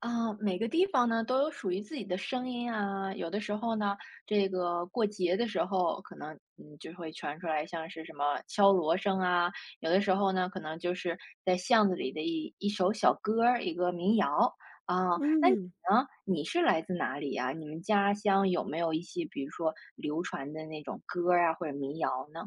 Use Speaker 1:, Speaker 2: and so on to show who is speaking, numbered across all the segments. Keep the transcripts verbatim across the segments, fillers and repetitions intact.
Speaker 1: 啊，每个地方呢都有属于自己的声音啊，有的时候呢，这个过节的时候，可能嗯就会传出来像是什么敲锣声啊，有的时候呢，可能就是在巷子里的一一首小歌儿，一个民谣啊。那你
Speaker 2: 嗯，
Speaker 1: 呢？你是来自哪里呀？你们家乡有没有一些比如说流传的那种歌儿啊，或者民谣呢？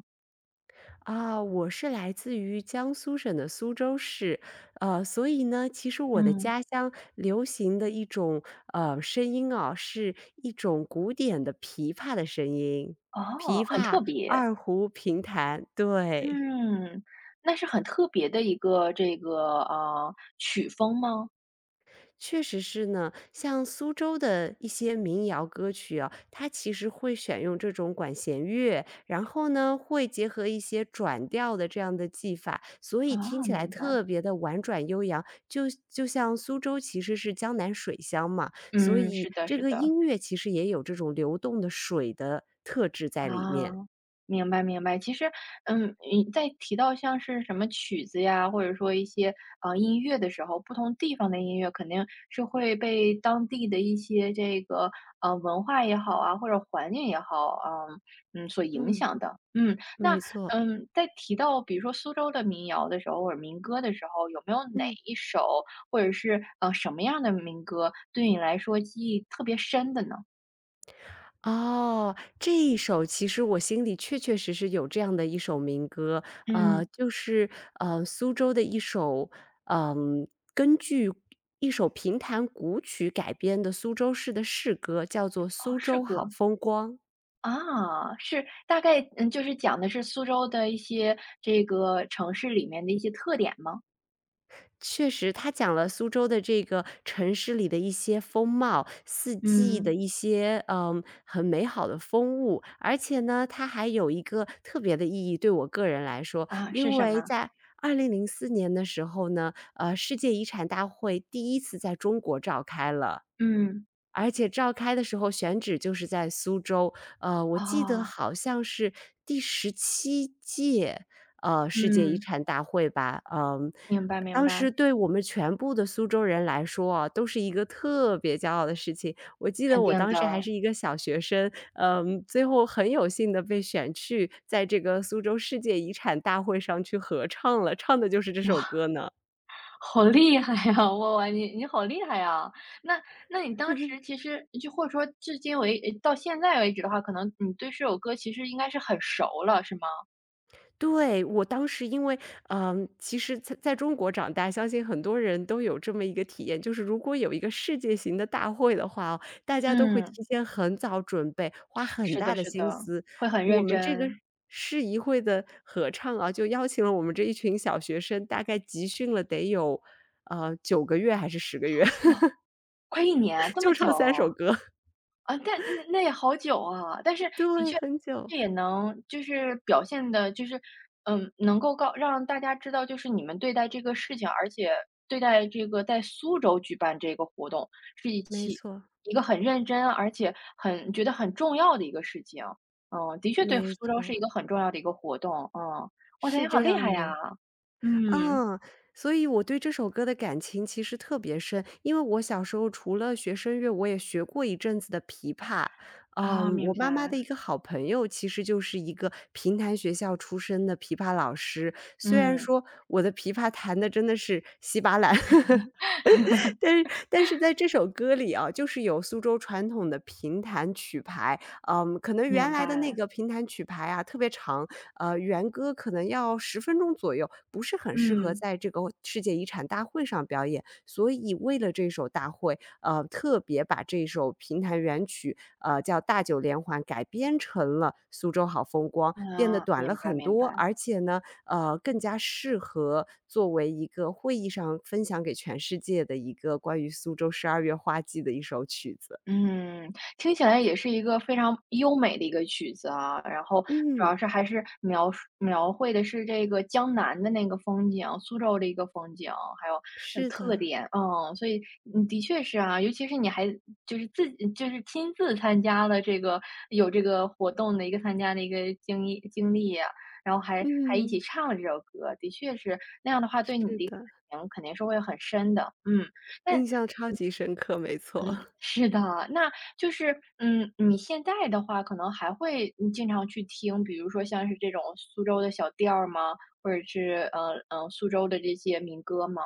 Speaker 2: 啊，我是来自于江苏省的苏州市，呃，所以呢，其实我的
Speaker 1: 嗯，
Speaker 2: 家乡流行的一种呃声音啊，是一种古典的琵琶的声音，
Speaker 1: 哦，
Speaker 2: 琵
Speaker 1: 很
Speaker 2: 琶、
Speaker 1: 特别，
Speaker 2: 二胡、评弹，对。
Speaker 1: 嗯。那是很特别的一个这个呃曲风吗？
Speaker 2: 确实是呢，像苏州的一些民谣歌曲啊，它其实会选用这种管弦乐，然后呢，会结合一些转调的这样的技法，所以听
Speaker 1: 啊，
Speaker 2: 起来
Speaker 1: 明白。
Speaker 2: 特别的婉转悠扬。就就像苏州其实是江南水乡嘛，所
Speaker 1: 嗯，
Speaker 2: 以
Speaker 1: 是的，
Speaker 2: 这
Speaker 1: 是
Speaker 2: 个
Speaker 1: 的。
Speaker 2: 音乐其实也有这种流动的水的特质在里
Speaker 1: 啊，
Speaker 2: 面。
Speaker 1: 明白明白。其实，嗯，你在提到像是什么曲子呀，或者说一些呃音乐的时候，不同地方的音乐肯定是会被当地的一些这个呃文化也好啊，或者环境也好，嗯嗯所影
Speaker 2: 嗯，
Speaker 1: 响的。嗯，那
Speaker 2: 没错，
Speaker 1: 嗯，在提到比如说苏州的民谣的时候，或者民歌的时候，有没有哪
Speaker 2: 嗯。
Speaker 1: 一首或者是呃什么样的民歌对你来说记忆特别深的呢？
Speaker 2: 哦，这一首其实我心里确确实实有这样的一首民歌，
Speaker 1: 嗯，
Speaker 2: 呃，就是呃苏州的一首，嗯、根据一首评弹古曲改编的苏州市的市歌，叫做
Speaker 1: 哦，
Speaker 2: 《苏
Speaker 1: 是
Speaker 2: 州好
Speaker 1: 歌。
Speaker 2: 风光》。
Speaker 1: 啊，是大概嗯，就是讲的是苏州的一些这个城市里面的一些特点吗？
Speaker 2: 确实，他讲了苏州的这个城市里的一些风貌，四季的
Speaker 1: 嗯，
Speaker 2: 一些嗯很美好的风物，而且呢，它还有一个特别的意义，对我个人来说，
Speaker 1: 啊，是
Speaker 2: 因
Speaker 1: 什
Speaker 2: 为
Speaker 1: 么？
Speaker 2: 在二零零四年的时候呢，呃，世界遗产大会第一次在中国召开了，
Speaker 1: 嗯，
Speaker 2: 而且召开的时候选址就是在苏州，呃，我记得
Speaker 1: 哦，
Speaker 2: 好像是第十七届，呃，世界遗
Speaker 1: 嗯，
Speaker 2: 产大会吧，嗯。
Speaker 1: 明白明
Speaker 2: 当
Speaker 1: 白，
Speaker 2: 时对我们全部的苏州人来说啊，都是一个特别骄傲的事情。我记得
Speaker 1: 肯
Speaker 2: 我
Speaker 1: 定
Speaker 2: 当时还
Speaker 1: 的。
Speaker 2: 是一个小学生，嗯，最后很有幸的被选去在这个苏州世界遗产大会上去合唱了，唱的就是这首
Speaker 1: 哇，
Speaker 2: 歌呢。
Speaker 1: 好厉害呀！哇哇，你你好厉害呀！那那你当时其实就或者说至今为呃到现在为止的话，可能你对这首歌其实应该是很熟了，是吗？
Speaker 2: 对，我当时因为，嗯，其实在在中国长大，相信很多人都有这么一个体验，就是如果有一个世界型的大会的话哦，大家都会
Speaker 1: 嗯，
Speaker 2: 提前很早准备，花很
Speaker 1: 是
Speaker 2: 大
Speaker 1: 的
Speaker 2: 的
Speaker 1: 是
Speaker 2: 心
Speaker 1: 的，
Speaker 2: 思。
Speaker 1: 会很
Speaker 2: 我
Speaker 1: 认
Speaker 2: 们这个
Speaker 1: 真。
Speaker 2: 市议会的合唱啊，就邀请了我们这一群小学生，大概集训了得有，呃九个月还是十个月，
Speaker 1: 哇。快一年啊，这么
Speaker 2: 就
Speaker 1: 久，
Speaker 2: 唱三首歌。
Speaker 1: 啊，但那那也好久啊。但是的
Speaker 2: 对，
Speaker 1: 确，
Speaker 2: 很久，
Speaker 1: 这也能就是表现的，就是，嗯，能够告让大家知道就是你们对待这个事情，而且对待这个在苏州举办这个活动，是一
Speaker 2: 没
Speaker 1: 起
Speaker 2: 错，
Speaker 1: 一个很认真，而且很觉得很重要的一个事情。嗯，的确对
Speaker 2: 没
Speaker 1: 苏州是
Speaker 2: 错，
Speaker 1: 一个很重要的一个活动，嗯。哇塞，
Speaker 2: 是
Speaker 1: 你好
Speaker 2: 这
Speaker 1: 厉
Speaker 2: 样
Speaker 1: 害呀！
Speaker 2: 的。
Speaker 1: 嗯，
Speaker 2: 嗯，所以我对这首歌的感情其实特别深，因为我小时候除了学声乐，我也学过一阵子的琵琶。
Speaker 1: 啊，
Speaker 2: 嗯，我
Speaker 1: 明
Speaker 2: 妈妈
Speaker 1: 白，
Speaker 2: 的一个好朋友，其实就是一个平潭学校出身的琵琶老师。虽然
Speaker 1: 嗯，
Speaker 2: 说我的琵琶弹的真的是稀巴烂。 但是但是在这首歌里啊，就是有苏州传统的评弹曲牌，嗯，可能
Speaker 1: 明
Speaker 2: 原来的那
Speaker 1: 白，
Speaker 2: 个评弹曲牌啊特别长，呃，原歌可能要十分钟左右，不是很适合
Speaker 1: 嗯。
Speaker 2: 在这个世界遗产大会上表演。所以为了这首大会，呃，特别把这首评弹原曲，呃，叫《大九连环》改编成了《苏州好风光》，变得
Speaker 1: 啊，
Speaker 2: 短了
Speaker 1: 明白
Speaker 2: 很
Speaker 1: 明
Speaker 2: 多，
Speaker 1: 白，
Speaker 2: 而且呢，呃，更加适合作为一个会议上分享给全世界的一个关于苏州十二月花季的一首曲子。
Speaker 1: 嗯，听起来也是一个非常优美的一个曲子啊，然后主
Speaker 2: 嗯，
Speaker 1: 要是还是描述描绘的是这个江南的那个风景，苏州的一个风景，还有嗯
Speaker 2: 是
Speaker 1: 特
Speaker 2: 的，
Speaker 1: 点，嗯，所以嗯，的确是啊，尤其是你还就是自己就是亲自参加了这个有这个活动的一个参加的一个经历经历啊，然后还还一起
Speaker 2: 嗯，
Speaker 1: 唱了这首歌，的确是那样的话，对你
Speaker 2: 是
Speaker 1: 的
Speaker 2: 的，
Speaker 1: 感情肯定是会很深的，嗯。但。
Speaker 2: 印象超级深刻，没错。
Speaker 1: 是的，那就是，嗯，你现在的话可能还会嗯经常去听，比如说像是这种苏州的小调儿吗？或者是呃呃苏州的这些民歌吗？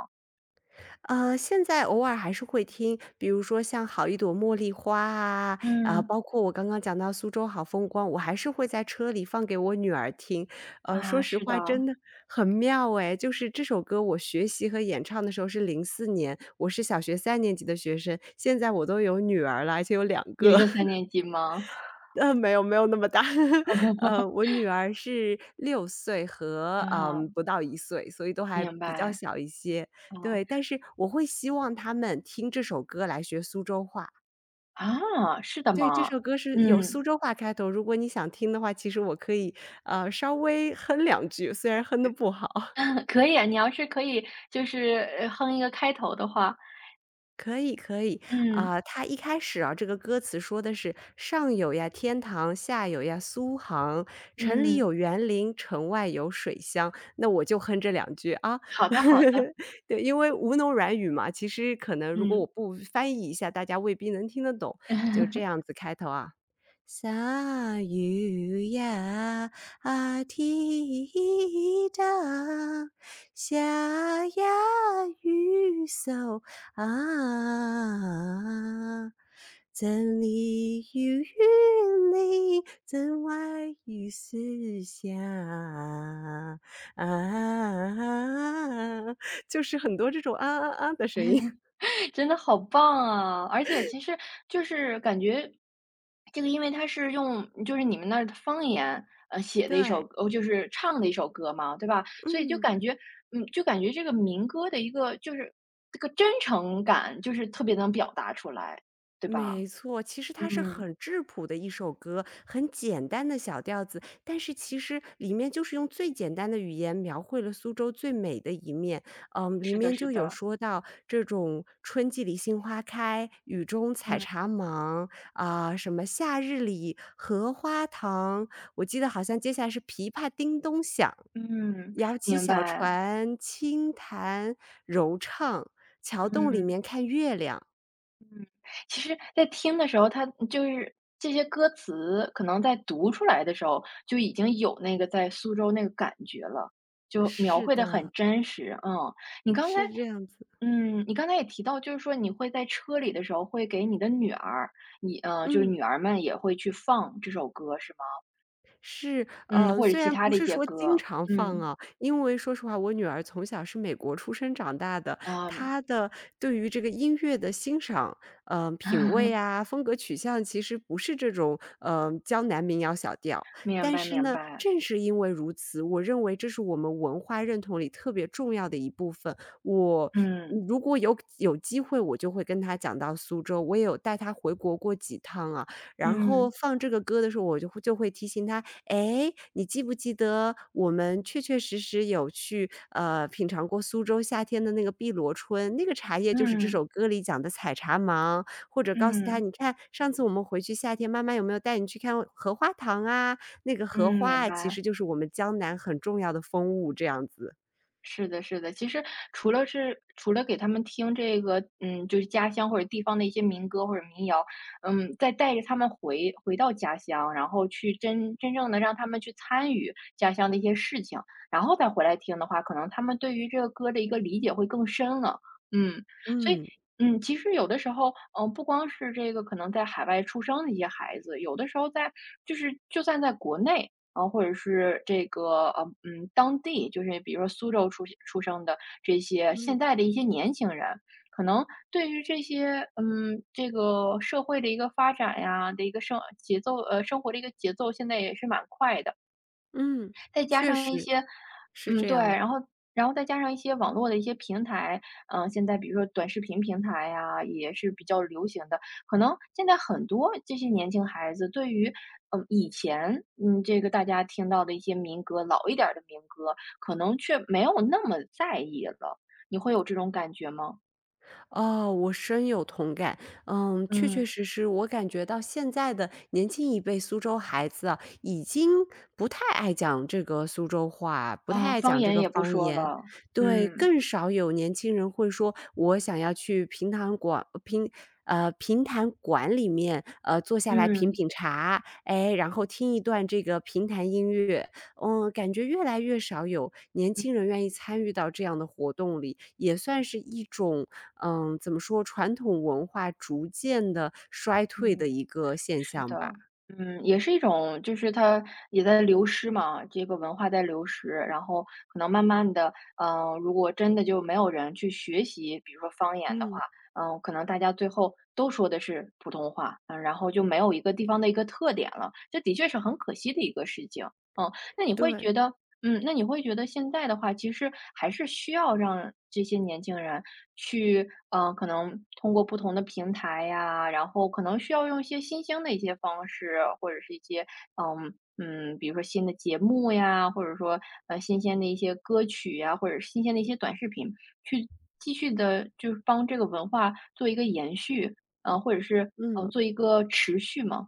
Speaker 2: 呃，现在偶尔还是会听，比如说像《好一朵茉莉花》啊，啊，
Speaker 1: 嗯，
Speaker 2: 包括我刚刚讲到《苏州好风光》，我还是会在车里放给我女儿听。呃，说
Speaker 1: 啊，
Speaker 2: 实
Speaker 1: 是的，
Speaker 2: 话真的很妙诶，就是这首歌我学习和演唱的时候是零四年，我是小学三年级的学生，现在我都有女儿了，而且有两
Speaker 1: 也
Speaker 2: 个。
Speaker 1: 是三年级吗？
Speaker 2: 呃，没有没有那么大。呃，我女儿是六岁和，
Speaker 1: 啊，
Speaker 2: 嗯，不到一岁，所以都还
Speaker 1: 明
Speaker 2: 比较
Speaker 1: 白，
Speaker 2: 小一些。
Speaker 1: 哦，
Speaker 2: 对，但是我会希望他们听这首歌来学苏州话。
Speaker 1: 啊，是的
Speaker 2: 对，这
Speaker 1: 吗？
Speaker 2: 首歌是有苏
Speaker 1: 嗯，
Speaker 2: 州话开头，如果你想听的话，其实我可以，呃，稍微哼两句，虽然哼得不好。
Speaker 1: 可以啊，你要是可以就是呃哼一个开头的话，
Speaker 2: 可以可以，
Speaker 1: 嗯
Speaker 2: 啊，他一开始啊，这个歌词说的是"上有呀天堂，下有呀苏杭，城里
Speaker 1: 嗯，
Speaker 2: 有园林，城外有水乡"，那我就哼这两句啊。
Speaker 1: 好的好的，
Speaker 2: 对，因为吴侬软语嘛，其实可能如果
Speaker 1: 嗯。
Speaker 2: 我不翻译一下，大家未必能听得懂，就这 样子开头啊。三月呀，天苍，下呀雨少啊，城里有雨淋，镇外雨丝下啊，就是很多这种啊啊啊的声音。
Speaker 1: 真的好棒啊！而且其实就是感觉，这个因为它是用就是你们那儿的方言，呃，写的一
Speaker 2: 对，
Speaker 1: 首哦，就是唱的一首歌嘛，对吧？所以就
Speaker 2: 嗯。
Speaker 1: 感觉，嗯，就感觉这个民歌的一个就是这个真诚感，就是特别能表达出来，对吧？
Speaker 2: 没错，其实它是
Speaker 1: 嗯，
Speaker 2: 很质朴的一首歌，很简单的小调子，但是其实里面就是用最简单的语言描绘了苏州最美的一面。嗯，里
Speaker 1: 是的，
Speaker 2: 面
Speaker 1: 是
Speaker 2: 就有
Speaker 1: 的，
Speaker 2: 说到这种春季里杏花开，雨中采
Speaker 1: 嗯
Speaker 2: 茶忙啊、什么夏日里荷花塘，我记得好像接下来是琵琶叮咚响，
Speaker 1: 嗯，
Speaker 2: 摇起
Speaker 1: 明
Speaker 2: 小
Speaker 1: 白，
Speaker 2: 船，轻弹柔唱，桥洞里
Speaker 1: 嗯。
Speaker 2: 面看月亮。
Speaker 1: 其实在听的时候，它就是这些歌词可能在读出来的时候，就已经有那个在苏州那个感觉了，就描
Speaker 2: 是
Speaker 1: 绘的很
Speaker 2: 的，
Speaker 1: 真实。嗯，你刚才
Speaker 2: 是这样子，
Speaker 1: 嗯，你刚才也提到，就是说你会在车里的时候会给你的女儿，你呃，就是
Speaker 2: 嗯，
Speaker 1: 女儿们也会去放这首歌是吗？
Speaker 2: 是，
Speaker 1: 嗯，
Speaker 2: 呃，
Speaker 1: 或者
Speaker 2: 虽
Speaker 1: 其
Speaker 2: 然
Speaker 1: 他
Speaker 2: 不
Speaker 1: 的一
Speaker 2: 是
Speaker 1: 些
Speaker 2: 说经
Speaker 1: 歌。
Speaker 2: 常放
Speaker 1: 嗯，
Speaker 2: 啊，因为说实话，我女儿从小是美国出生长大的，
Speaker 1: 啊，
Speaker 2: 她的对于这个音乐的欣赏，嗯，品味 啊，风格取向其实不是这种，嗯，江南民谣小调。
Speaker 1: 明
Speaker 2: 但
Speaker 1: 白
Speaker 2: 是
Speaker 1: 明
Speaker 2: 呢，
Speaker 1: 白。
Speaker 2: 正是因为如此，我认为这是我们文化认同里特别重要的一部分。我嗯
Speaker 1: 嗯，
Speaker 2: 如果有有机会，我就会跟她讲到苏州，我也有带她回国过几趟啊。然后
Speaker 1: 嗯，
Speaker 2: 放这个歌的时候，我就会就会提醒他："哎，你记不记得我们确确实实有去，呃，品尝过苏州夏天的那个碧螺春，那个茶叶就是这
Speaker 1: 嗯，
Speaker 2: 首歌里讲的采茶芒。"或者告诉他：
Speaker 1: 嗯，
Speaker 2: “你看上次我们回去夏天，妈妈有没有带你去看荷花塘啊？那个荷
Speaker 1: 嗯，明
Speaker 2: 花啊，其
Speaker 1: 白。
Speaker 2: 实就是我们江南很重要的风物。"这样子。
Speaker 1: 是的，是的。其实除了是除了给他们听这个，嗯，就是家乡或者地方的一些民歌或者民谣，嗯，再带着他们回回到家乡，然后去真真正的让他们去参与家乡的一些事情，然后再回来听的话，可能他们对于这个歌的一个理解会更深了。嗯，所以，
Speaker 2: 嗯，
Speaker 1: 嗯，其实有的时候，嗯，不光是这个可能在海外出生的一些孩子，有的时候在就是就算在国内，啊，或者是这个，呃，嗯，当地，就是比如说苏州出出生的这些现
Speaker 2: 嗯，
Speaker 1: 在的一些年轻人，可能对于这些，嗯，这个社会的一个发展呀的一个生节奏，呃，生活的一个节奏，现在也是蛮快的。
Speaker 2: 嗯，
Speaker 1: 再加
Speaker 2: 确
Speaker 1: 上一
Speaker 2: 实，
Speaker 1: 些
Speaker 2: 是
Speaker 1: 嗯，
Speaker 2: 这
Speaker 1: 对，
Speaker 2: 样的。
Speaker 1: 然后然后再加上一些网络的一些平台，嗯，现在比如说短视频平台呀，也是比较流行的。可能现在很多这些年轻孩子对于，嗯，以前，嗯，这个大家听到的一些民歌，老一点儿的民歌，可能却没有那么在意了。你会有这种感觉吗？
Speaker 2: 哦，我深有同感。嗯，确
Speaker 1: 嗯。
Speaker 2: 确实实，我感觉到现在的年轻一辈苏州孩子啊，已经不太爱讲这个苏州话，不太
Speaker 1: 啊，
Speaker 2: 爱
Speaker 1: 方
Speaker 2: 讲这
Speaker 1: 言
Speaker 2: 个
Speaker 1: 也不
Speaker 2: 方
Speaker 1: 说
Speaker 2: 言。
Speaker 1: 了，
Speaker 2: 对，
Speaker 1: 嗯，
Speaker 2: 更少有年轻人会说我想要去平潭馆平呃平潭馆里面呃坐下来品
Speaker 1: 嗯。
Speaker 2: 品茶，哎，然后听一段这个平潭音乐。嗯，感觉越来越少有年
Speaker 1: 嗯
Speaker 2: 轻人愿意参与到这样的活动里，也算是一种嗯，怎么说，传统文化逐渐的衰退的
Speaker 1: 嗯。
Speaker 2: 一个现
Speaker 1: 是
Speaker 2: 象
Speaker 1: 的，
Speaker 2: 吧。
Speaker 1: 嗯，也是一种，就是它也在流失嘛，这个文化在流失，然后可能慢慢的，嗯、如果真的就没有人去学习，比如说方言的话，
Speaker 2: 嗯，
Speaker 1: 嗯、可能大家最后都说的是普通话，嗯、然后就没有一个地方的一个特点了，这的确是很可惜的一个事情。嗯，那你会觉
Speaker 2: 对，
Speaker 1: 得，嗯，那你会觉得现在的话，其实还是需要让这些年轻人去，呃，可能通过不同的平台呀，然后可能需要用一些新兴的一些方式，或者是一些，嗯嗯，比如说新的节目呀，或者说呃新鲜的一些歌曲呀，或者是新鲜的一些短视频，去继续的，就是帮这个文化做一个延续，呃，或者是呃
Speaker 2: 嗯。
Speaker 1: 做一个持续嘛。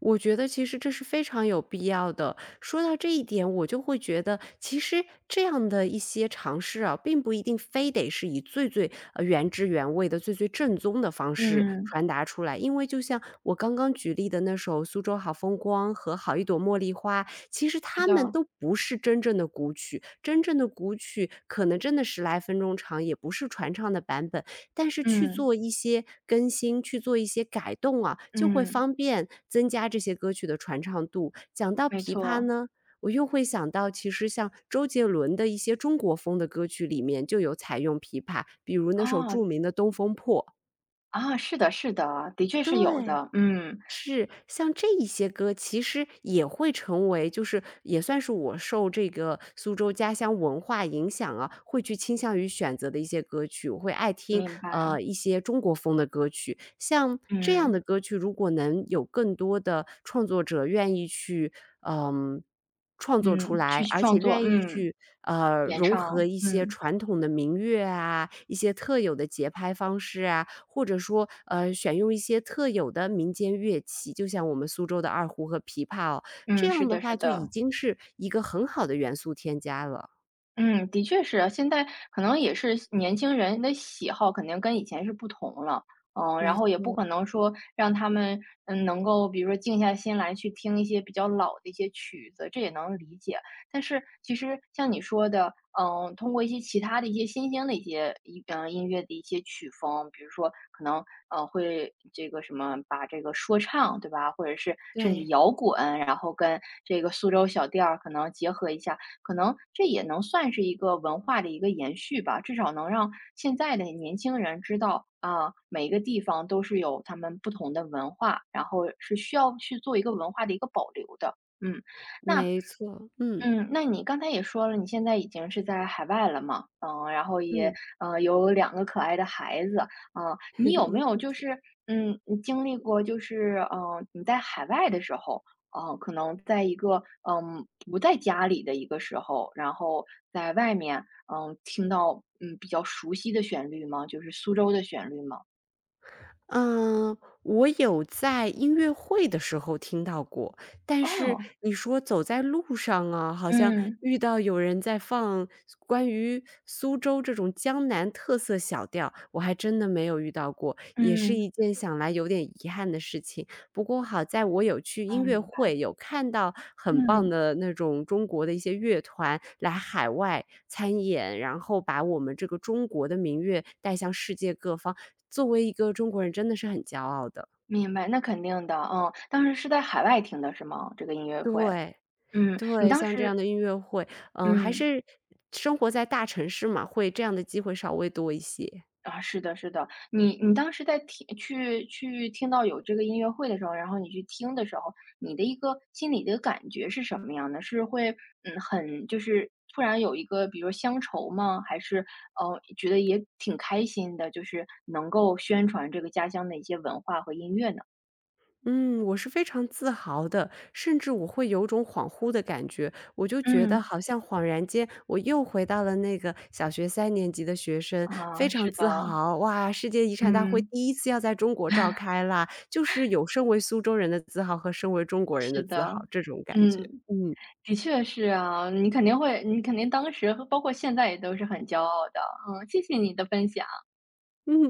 Speaker 2: 我觉得其实这是非常有必要的。说到这一点，我就会觉得，其实这样的一些尝试啊，并不一定非得是以最最呃原汁原味的、最最正宗的方式
Speaker 1: 嗯，
Speaker 2: 传达出来。因为就像我刚刚举例的那首《苏州好风光》和《好一朵茉莉花》，其实
Speaker 1: 是
Speaker 2: 它们
Speaker 1: 的，
Speaker 2: 都不是真正的古曲，真正的古曲可能真的十来分钟长，也不是传唱的版本，但是去
Speaker 1: 嗯
Speaker 2: 做一些更新，去做一些改动啊，就会
Speaker 1: 嗯，
Speaker 2: 方便增加这些歌曲的传唱度。讲到
Speaker 1: 没
Speaker 2: 琵琶
Speaker 1: 错。
Speaker 2: 呢，我又会想到其实像周杰伦的一些中国风的歌曲里面就有采用琵琶，比如那首
Speaker 1: 哦，
Speaker 2: 著名的《东风破》。
Speaker 1: 啊，是的是的，的确是有
Speaker 2: 对。
Speaker 1: 的，嗯，
Speaker 2: 是，像这一些歌其实也会成为就是也算是我受这个苏州家乡文化影响啊，会去倾向于选择的一些歌曲。我会爱听，
Speaker 1: 明白，
Speaker 2: 呃，一些中国风的歌曲。像这样的
Speaker 1: 嗯，
Speaker 2: 歌曲，如果能有更多的创作者愿意去，嗯，创作出
Speaker 1: 嗯，
Speaker 2: 来，
Speaker 1: 去
Speaker 2: 而且
Speaker 1: 创作，
Speaker 2: 愿意
Speaker 1: 嗯。
Speaker 2: 去，呃，
Speaker 1: 演
Speaker 2: 融合
Speaker 1: 唱，
Speaker 2: 一些
Speaker 1: 嗯，
Speaker 2: 传统的民乐啊，一些特有的节拍方式啊，或者说，呃，选用一些特有的民间乐器，就像我们苏州的二胡和琵琶哦，这
Speaker 1: 嗯，是
Speaker 2: 样的
Speaker 1: 的
Speaker 2: 话
Speaker 1: 是
Speaker 2: 就已
Speaker 1: 的。
Speaker 2: 经是一个很好的元素添加了。
Speaker 1: 嗯，的确是啊现在可能也是年轻人的喜好肯定跟以前是不同了，嗯，然
Speaker 2: 没
Speaker 1: 后也不
Speaker 2: 错，
Speaker 1: 可能说让他们，嗯，能够比如说静下心来去听一些比较老的一些曲子，这也能理解。但是其实像你说的，嗯，通过一些其他的一些新兴的一些一嗯音乐的一些曲风，比如说可能嗯，会这个什么把这个说唱对吧，或者是甚至
Speaker 2: 对，
Speaker 1: 摇滚，然后跟这个苏州小调儿可能结合一下。可能这也能算是一个文化的一个延续吧，至少能让现在的年轻人知道啊，每一个地方都是有他们不同的文化，然后是需要去做一个文化的一个保留的。嗯，那
Speaker 2: 没错，嗯，
Speaker 1: 嗯，那你刚才也说了，你现在已经是在海外了嘛，嗯，然后也
Speaker 2: 嗯。
Speaker 1: 嗯，有两个可爱的孩子，嗯，你有没有 就是嗯你经历过就是嗯、呃你在海外的时候，嗯、可能在一个嗯不在家里的一个时候，然后在外面嗯听到嗯比较熟悉的旋律吗？就是苏州的旋律吗？
Speaker 2: 嗯，我有在音乐会的时候听到过，但是
Speaker 1: 哦，
Speaker 2: 你说走在路上啊，好像
Speaker 1: 嗯
Speaker 2: 遇到有人在放关于苏州这种江南特色小调，我还真的没有遇到过，也是一
Speaker 1: 嗯
Speaker 2: 件想来有点遗憾的事情。不过好在我有去音
Speaker 1: 嗯
Speaker 2: 乐会，有看到很棒
Speaker 1: 嗯，
Speaker 2: 的那种中国的一些乐团来海外参演，然后把我们这个中国的民乐带向世界各方。作为一个中国人真的是很骄傲的。
Speaker 1: 明白，那肯定的，嗯，当时是在海外听的是吗？这个音乐会？
Speaker 2: 对，
Speaker 1: 嗯，你
Speaker 2: 对，
Speaker 1: 当
Speaker 2: 像这样
Speaker 1: 时
Speaker 2: 的音乐会，嗯，还
Speaker 1: 嗯，
Speaker 2: 是生活在大城市嘛，会这样的机会稍微多一些。
Speaker 1: 啊，是的，是的。你你当时在听去去听到有这个音乐会的时候，然后你去听的时候，你的一个心里的感觉是什么样的？是会，嗯，很就是突然有一个比如乡愁吗？还是，呃，觉得也挺开心的，就是能够宣传这个家乡的一些文化和音乐呢？
Speaker 2: 嗯，我是非常自豪的，甚至我会有种恍惚的感觉，我就觉得
Speaker 1: 嗯，
Speaker 2: 好像恍然间我又回到了那个小学三年级的学生，非
Speaker 1: 啊，
Speaker 2: 常
Speaker 1: 是的，
Speaker 2: 自豪，哇，世界遗产大会
Speaker 1: 嗯，
Speaker 2: 第一次要在中国召开啦，就是有身为苏州人的自豪和身为中国人的
Speaker 1: 是
Speaker 2: 自豪
Speaker 1: 的，
Speaker 2: 这种感觉，
Speaker 1: 嗯。
Speaker 2: 嗯。
Speaker 1: 的确是啊，你肯定会你肯定当时和包括现在也都是很骄傲的。嗯，谢谢你的分享。
Speaker 2: 嗯。